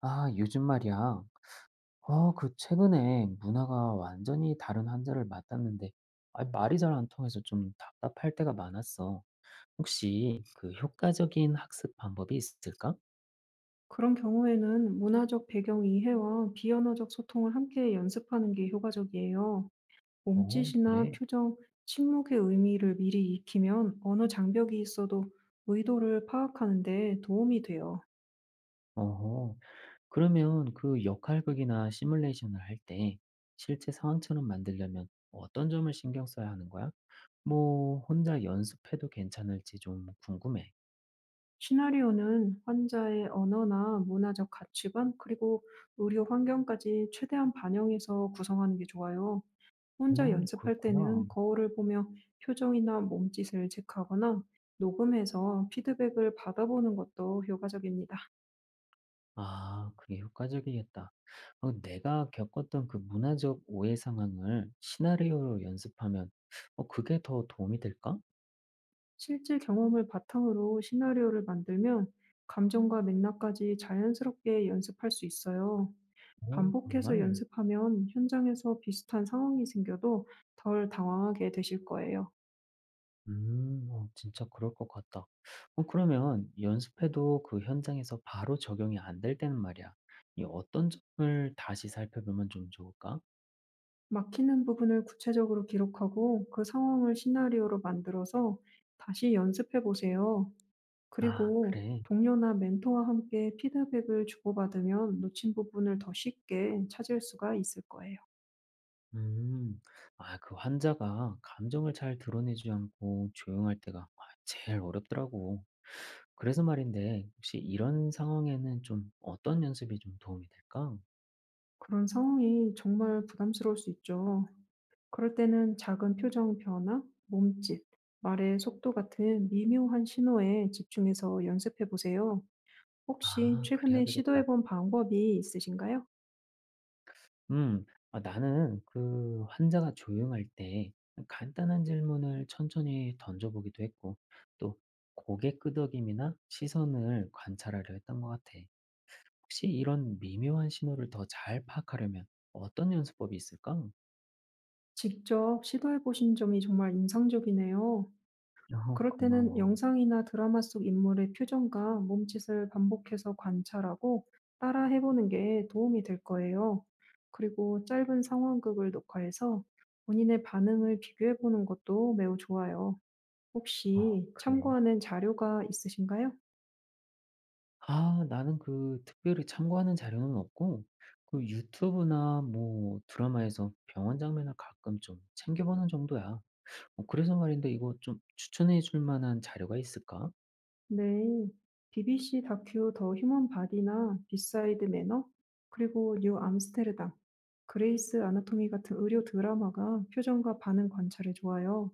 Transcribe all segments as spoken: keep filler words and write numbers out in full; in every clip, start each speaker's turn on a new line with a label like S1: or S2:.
S1: 아, 요즘 말이야. 어, 그 최근에 문화가 완전히 다른 환자를 만났는데, 아, 말이 잘 안 통해서 좀 답답할 때가 많았어. 혹시 그 효과적인 학습 방법이 있을까?
S2: 그런 경우에는 문화적 배경 이해와 비언어적 소통을 함께 연습하는 게 효과적이에요.
S1: 어,
S2: 몸짓이나
S1: 그래.
S2: 표정, 침묵의 의미를 미리 익히면 언어 장벽이 있어도 의도를 파악하는 데 도움이 돼요.
S1: 어허. 그러면 그 역할극이나 시뮬레이션을 할 때 실제 상황처럼 만들려면 어떤 점을 신경 써야 하는 거야? 뭐, 혼자 연습해도 괜찮을지 좀 궁금해.
S2: 시나리오는 환자의 언어나 문화적 가치관, 그리고 의료 환경까지 최대한 반영해서 구성하는 게 좋아요. 혼자
S1: 음,
S2: 연습할
S1: 그렇구나.
S2: 때는 거울을 보며 표정이나 몸짓을 체크하거나 녹음해서 피드백을 받아보는 것도 효과적입니다.
S1: 아, 그게 효과적이겠다. 어, 내가 겪었던 그 문화적 오해 상황을 시나리오로 연습하면, 어, 그게 더 도움이 될까?
S2: 실제 경험을 바탕으로 시나리오를 만들면 감정과 맥락까지 자연스럽게 연습할 수 있어요.
S1: 오,
S2: 반복해서
S1: 정말?
S2: 연습하면 현장에서 비슷한 상황이 생겨도 덜 당황하게 되실 거예요.
S1: 음, 어, 진짜 그럴 것 같다. 어, 그러면 연습해도 그 현장에서 바로 적용이 안 될 때는 말이야. 이 어떤 점을 다시 살펴보면 좀 좋을까?
S2: 막히는 부분을 구체적으로 기록하고 그 상황을 시나리오로 만들어서 다시 연습해 보세요.
S1: 아,
S2: 그리고
S1: 그래.
S2: 동료나 멘토와 함께 피드백을 주고받으면 놓친 부분을 더 쉽게 찾을 수가 있을 거예요.
S1: 음, 아, 그 환자가 감정을 잘 드러내지 않고 조용할 때가 아, 제일 어렵더라고. 그래서 말인데 혹시 이런 상황에는 좀 어떤 연습이 좀 도움이 될까?
S2: 그런 상황이 정말 부담스러울 수 있죠. 그럴 때는 작은 표정 변화, 몸짓, 말의 속도 같은 미묘한 신호에 집중해서 연습해 보세요. 혹시
S1: 아 그래야
S2: 최근에
S1: 되겠다.
S2: 시도해 본 방법이 있으신가요?
S1: 음. 아 나는 그 환자가 조용할 때 간단한 질문을 천천히 던져 보기도 했고 또 고개 끄덕임이나 시선을 관찰하려 했던 것 같아. 혹시 이런 미묘한 신호를 더 잘 파악하려면 어떤 연습법이 있을까?
S2: 직접 시도해 보신 점이 정말 인상적이네요.
S1: 어
S2: 그럴 때는
S1: 고마워.
S2: 영상이나 드라마 속 인물의 표정과 몸짓을 반복해서 관찰하고 따라 해보는 게 도움이 될 거예요. 그리고 짧은 상황극을 녹화해서 본인의 반응을 비교해보는 것도 매우 좋아요.
S1: 어
S2: 혹시
S1: 그래.
S2: 참고하는 자료가 있으신가요?
S1: 아 나는 그 특별히 참고하는 자료는 없고 그 유튜브나 뭐 드라마에서 병원 장면을 가끔 좀 챙겨 보는 정도야. 어 그래서 말인데 이거 좀 추천해 줄 만한 자료가 있을까?
S2: 네. 비비씨 다큐 더 휴먼 바디나 비사이드 매너, 그리고 뉴 암스테르담, 그레이스 아나토미 같은 의료 드라마가 표정과 반응 관찰에 좋아요.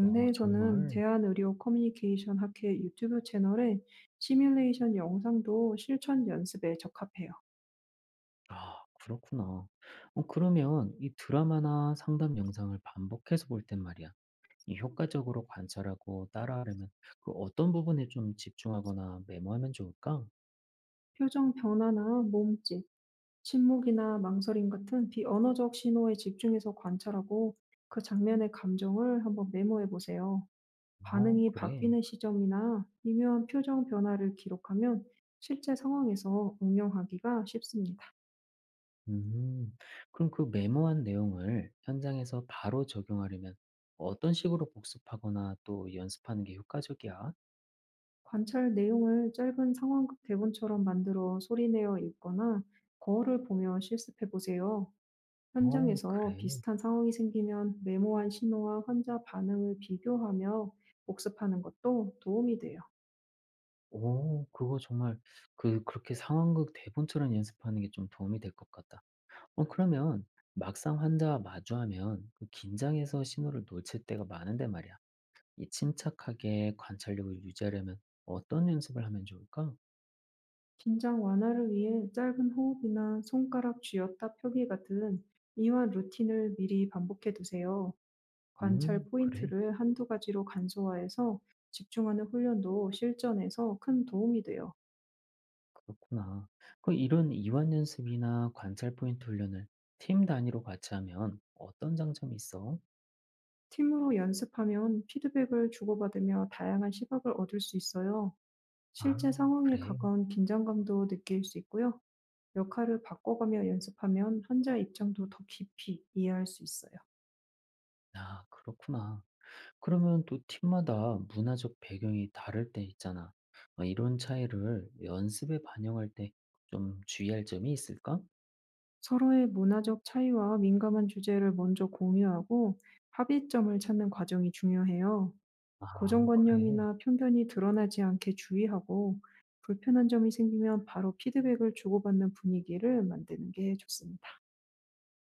S1: 어 정말?
S2: 대한의료 커뮤니케이션 학회 유튜브 채널에 시뮬레이션 영상도 실천 연습에 적합해요.
S1: 아 그렇구나. 어 그러면 이 드라마나 상담 영상을 반복해서 볼 땐 말이야. 이 효과적으로 관찰하고 따라하려면 그 어떤 부분에 좀 집중하거나 메모하면 좋을까?
S2: 표정 변화나 몸짓, 침묵이나 망설임 같은 비언어적 신호에 집중해서 관찰하고 그 장면의 감정을 한번 메모해 보세요.
S1: 어
S2: 반응이
S1: 그래.
S2: 바뀌는 시점이나 미묘한 표정 변화를 기록하면 실제 상황에서 응용하기가 쉽습니다.
S1: 음. 그럼 그 메모한 내용을 현장에서 바로 적용하려면 어떤 식으로 복습하거나 또 연습하는 게 효과적이야?
S2: 관찰 내용을 짧은 상황극 대본처럼 만들어 소리내어 읽거나 거울을 보며 실습해 보세요.
S1: 어,
S2: 현장에서
S1: 그래.
S2: 비슷한 상황이 생기면 메모한 신호와 환자 반응을 비교하며 복습하는 것도 도움이 돼요.
S1: 오, 그거 정말 그 그렇게 상황극 대본처럼 연습하는 게 좀 도움이 될 것 같다. 어, 그러면 막상 환자와 마주하면 그 긴장해서 신호를 놓칠 때가 많은데 말이야. 이 침착하게 관찰력을 유지하려면 어떤 연습을 하면 좋을까?
S2: 긴장 완화를 위해 짧은 호흡이나 손가락 쥐었다 펴기 같은 이완 루틴을 미리 반복해 두세요. 관찰
S1: 음, 그래.
S2: 포인트를 한두 가지로 간소화해서 집중하는 훈련도 실전에서 큰 도움이 돼요.
S1: 그렇구나. 그 이런 이완 연습이나 관찰 포인트 훈련을 팀 단위로 같이 하면 어떤 장점이 있어?
S2: 팀으로 연습하면 피드백을 주고받으며 다양한 시각을 얻을 수 있어요. 실제
S1: 아,
S2: 상황에
S1: 그래.
S2: 가까운 긴장감도 느낄 수 있고요. 역할을 바꿔가며 연습하면 환자 입장도 더 깊이 이해할 수 있어요.
S1: 아, 그렇구나. 그러면 또 팀마다 문화적 배경이 다를 때 있잖아. 어, 이런 차이를 연습에 반영할 때 좀 주의할 점이 있을까?
S2: 서로의 문화적 차이와 민감한 주제를 먼저 공유하고 합의점을 찾는 과정이 중요해요.
S1: 아, 그래.
S2: 고정관념이나 편견이 드러나지 않게 주의하고 불편한 점이 생기면 바로 피드백을 주고받는 분위기를 만드는 게 좋습니다.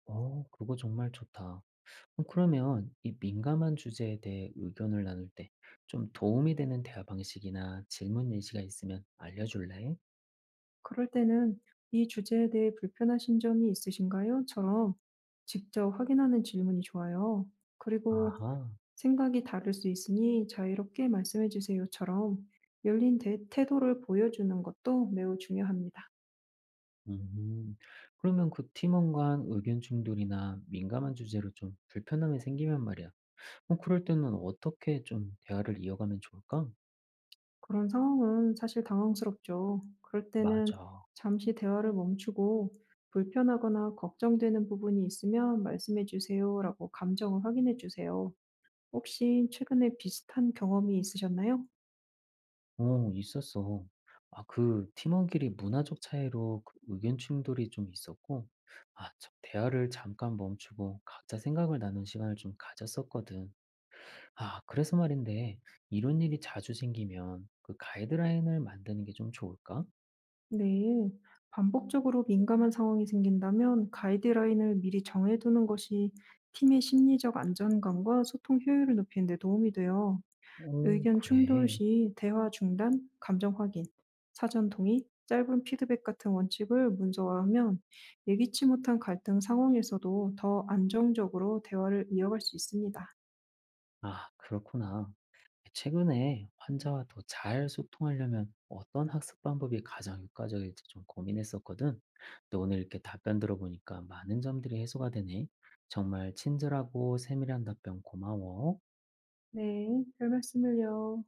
S1: 어, 그거 정말 좋다. 어, 그러면 이 민감한 주제에 대해 의견을 나눌 때 좀 도움이 되는 대화 방식이나 질문 예시가 있으면 알려줄래?
S2: 그럴 때는 "이 주제에 대해 불편하신 점이 있으신가요? 처럼 직접 확인하는 질문이 좋아요. 그리고
S1: 아하.
S2: "생각이 다를 수 있으니 자유롭게 말씀해 주세요."처럼 열린 대 태도를 보여주는 것도 매우 중요합니다.
S1: 음. 그러면 그 팀원 간 의견 충돌이나 민감한 주제로 좀 불편함이 생기면 말이야. 어 그럴 때는 어떻게 좀 대화를 이어가면 좋을까?
S2: 그런 상황은 사실 당황스럽죠. 그럴 때는
S1: 맞아.
S2: 잠시 대화를 멈추고 "불편하거나 걱정되는 부분이 있으면 말씀해 주세요."라고 감정을 확인해 주세요. 혹시 최근에 비슷한 경험이 있으셨나요?
S1: 어, 있었어. 아, 그 팀원끼리 문화적 차이로 그 의견 충돌이 좀 있었고, 아, 참, 대화를 잠깐 멈추고 각자 생각을 나눈 시간을 좀 가졌었거든. 아, 그래서 말인데, 이런 일이 자주 생기면 그 가이드라인을 만드는 게 좀 좋을까?
S2: 네, 반복적으로 민감한 상황이 생긴다면 가이드라인을 미리 정해두는 것이 팀의 심리적 안정감과 소통 효율을 높이는 데 도움이 돼요.
S1: 오,
S2: 의견 충돌
S1: 그래.
S2: 시 대화 중단, 감정 확인, 사전 동의, 짧은 피드백 같은 원칙을 문서화하면 예기치 못한 갈등 상황에서도 더 안정적으로 대화를 이어갈 수 있습니다.
S1: 아, 그렇구나. 최근에 환자와 더 잘 소통하려면 어떤 학습 방법이 가장 효과적일지 좀 고민했었거든. 근데 오늘 이렇게 답변 들어보니까 많은 점들이 해소가 되네. 정말 친절하고 세밀한 답변 고마워.
S2: 네, 별 말씀을요.